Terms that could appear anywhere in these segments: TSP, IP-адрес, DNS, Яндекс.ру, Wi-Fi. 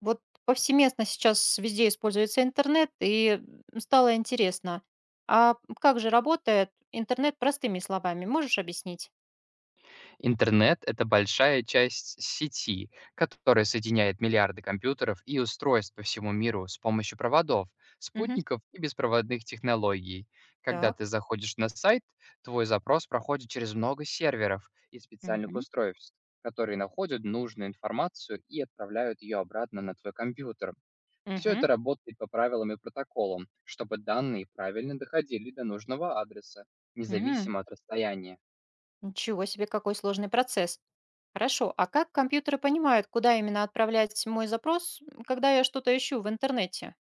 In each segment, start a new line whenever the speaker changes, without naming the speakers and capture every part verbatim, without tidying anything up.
Вот повсеместно сейчас везде используется интернет, и м, стало интересно, а как же работает интернет простыми словами? Можешь объяснить?
Интернет – это большая часть сети, которая соединяет миллиарды компьютеров и устройств по всему миру с помощью проводов,
Мгм.
спутников и беспроводных технологий. Когда
Так.
ты заходишь на сайт, твой запрос проходит через много серверов и специальных
Мгм.
устройств, которые находят нужную информацию и отправляют ее обратно на твой компьютер. Все
Мгм.
это работает по правилам и протоколам, чтобы данные правильно доходили до нужного адреса,
М.
независимо от расстояния.
Ничего себе, какой сложный процесс. Хорошо, а как компьютеры понимают, куда именно отправлять мой запрос, м, когда я что-то ищу в интернете?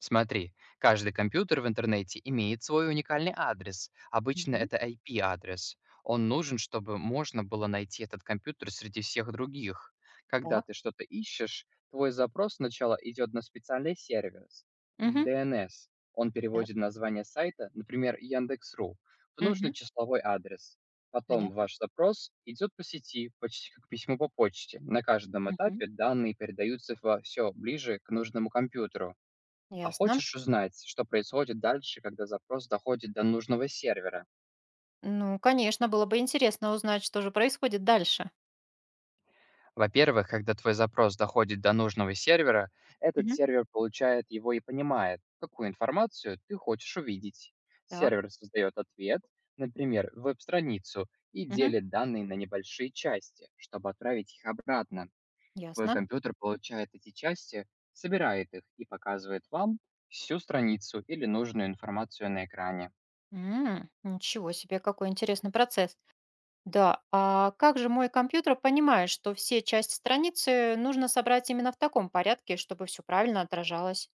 Смотри, каждый компьютер в интернете имеет свой уникальный адрес. Обычно
Мгм.
это I P-адрес. Он нужен, чтобы можно было найти этот компьютер среди всех других. Когда
Так.
ты что-то ищешь, твой запрос сначала идет на специальный сервис –
Мгм.
D N S. Он
Так.
переводит название сайта, например, Яндекс.ру, в нужный
Мгм.
числовой адрес. Потом
Понятно.
ваш запрос идет по сети, почти как письмо по почте. На каждом
Мгм.
этапе данные передаются все ближе к нужному компьютеру. А
Ясно.
хочешь узнать, что происходит дальше, когда запрос доходит до нужного сервера?
Ну, конечно, было бы интересно узнать, что же происходит дальше.
Во-первых, когда твой запрос доходит до нужного сервера, этот
Мгм.
сервер получает его и понимает, какую информацию ты хочешь увидеть.
Так.
Сервер создает ответ, например, веб-страницу, и
Мгм.
делит данные на небольшие части, чтобы отправить их обратно. Твой
Ясно.
компьютер получает эти части, собирает их и показывает вам всю страницу или нужную информацию на экране.
М, Ничего себе, какой интересный процесс. Да, а как же мой компьютер понимает, что все части страницы нужно собрать именно в таком порядке, чтобы все правильно отражалось?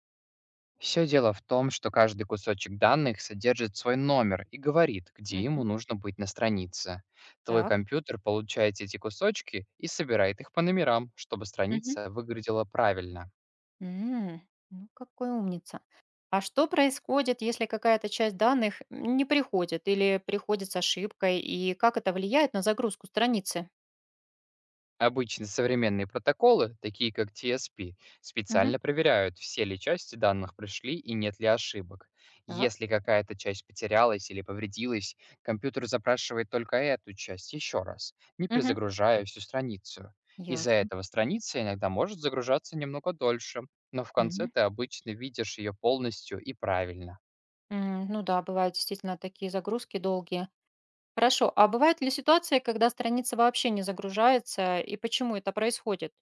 Все дело в том, что каждый кусочек данных содержит свой номер и говорит, где ему
Мгм.
нужно быть на странице. Твой
Так.
компьютер получает эти кусочки и собирает их по номерам, чтобы
Мгм.
страница выглядела правильно.
М, Ну, какой умница. А что происходит, если какая-то часть данных не приходит или приходит с ошибкой, и как это влияет на загрузку страницы?
Обычно современные протоколы, такие как T S P,
Мгм.
специально проверяют, все ли части данных пришли и нет ли ошибок.
Так.
Если какая-то часть потерялась или повредилась, компьютер запрашивает только эту часть еще раз, не
Мгм.
перезагружая всю страницу. Из-за
Ясно.
этого страница иногда может загружаться немного дольше, но в конце
Мгм.
ты обычно видишь ее полностью и правильно.
М, Ну да, бывают действительно такие загрузки долгие. Хорошо, а бывают ли ситуации, когда страница вообще не загружается, и почему это происходит?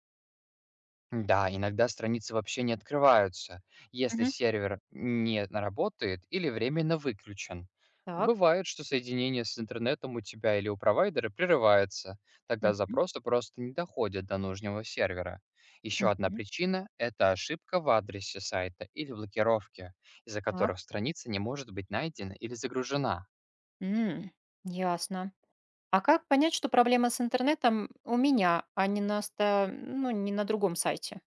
Да, иногда страницы вообще не открываются, если
Мгм.
сервер не работает или временно выключен.
Так.
Бывает, что соединение с интернетом у тебя или у провайдера прерывается, тогда
Мгм.
запросы просто не доходят до нужного сервера. Еще одна
Мгм.
причина – это ошибка в адресе сайта или блокировки, из-за
Так.
которых страница не может быть найдена или загружена.
м, Ясно. А как понять, что проблема с интернетом у меня, а не на, ста- ну, не на другом сайте?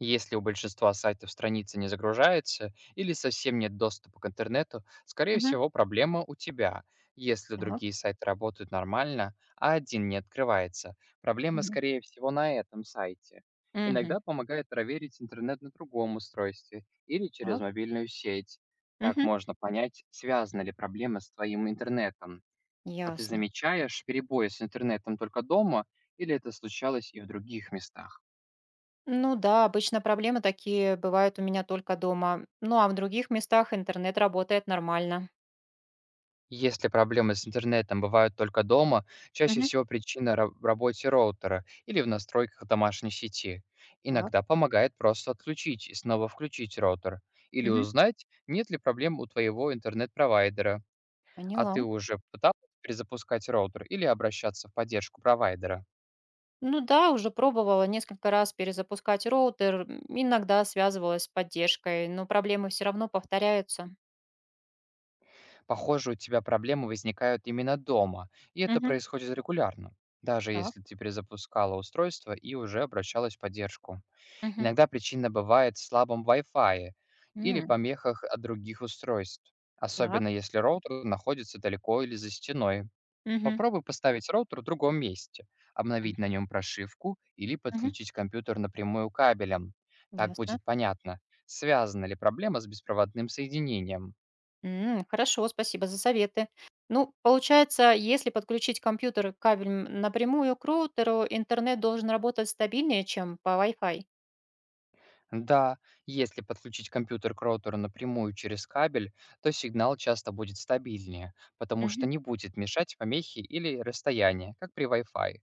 Если у большинства сайтов страница не загружается или совсем нет доступа к интернету, скорее
Мгм.
всего проблема у тебя. Если
Так.
другие сайты работают нормально, а один не открывается, проблема
Мгм.
скорее всего на этом сайте.
Мгм.
Иногда помогает проверить интернет на другом устройстве или через
Так.
мобильную сеть. Так
Мгм.
можно понять, связана ли проблема с твоим интернетом. А ты
Ясно.
замечаешь перебои с интернетом только дома или это случалось и в других местах?
Ну да, обычно проблемы такие бывают у меня только дома. Ну а в других местах интернет работает нормально.
Если проблемы с интернетом бывают только дома, чаще
Мгм.
всего причина ра- в работе роутера или в настройках домашней сети.
Так.
Иногда помогает просто отключить и снова включить роутер или
Мгм.
узнать, нет ли проблем у твоего интернет-провайдера, а
Поняла.
ты уже пыталась перезапускать роутер или обращаться в поддержку провайдера.
Ну да, уже пробовала несколько раз перезапускать роутер, м, иногда связывалась с поддержкой, но проблемы все равно повторяются.
Похоже, у тебя проблемы возникают именно дома, и это
Мгм.
происходит регулярно, даже
Так.
если ты перезапускала устройство и уже обращалась в поддержку.
Мгм.
Иногда причина бывает в слабом Wi-Fi или
М,
помехах от других устройств,
Так.
особенно если роутер находится далеко или за стеной.
Мгм.
Попробуй поставить роутер в другом месте,
М,
обновить на нем прошивку или
Мгм.
подключить компьютер напрямую кабелем. Так
Ясно.
будет понятно, связана ли проблема с беспроводным соединением.
М, Хорошо, спасибо за советы. Ну, получается, если подключить компьютер и кабель м, напрямую к роутеру, интернет должен работать стабильнее, чем по Wi-Fi.
Да, если подключить компьютер к роутеру напрямую через кабель, то сигнал часто будет стабильнее, потому что
Мгм.
не будет мешать помехи или расстояние, как при Wi-Fi.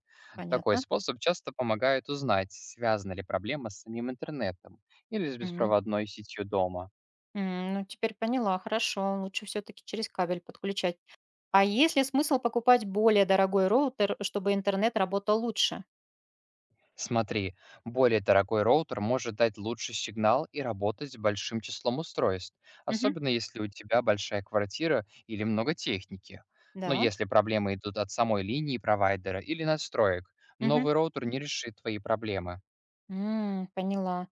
Такой
Понятно.
способ часто помогает узнать, связана ли проблема с самим интернетом или с
М,
беспроводной сетью дома.
м, Ну, теперь поняла, хорошо. Лучше все-таки через кабель подключать. А есть ли смысл покупать более дорогой роутер, чтобы интернет работал лучше?
Смотри, более дорогой роутер может дать лучший сигнал и работать с большим числом устройств,
Мгм.
особенно если у тебя большая квартира или много техники. Но
Да.
если проблемы идут от самой линии провайдера или настроек,
Мгм.
новый роутер не решит твои проблемы.
М, поняла.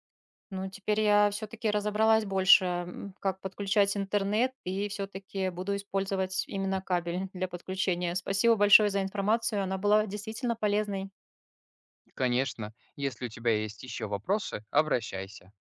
Ну, теперь я все-таки разобралась больше, м, как подключать интернет, и все-таки буду использовать именно кабель для подключения. Спасибо большое за информацию, она была действительно полезной.
Конечно, если у тебя есть еще вопросы, обращайся.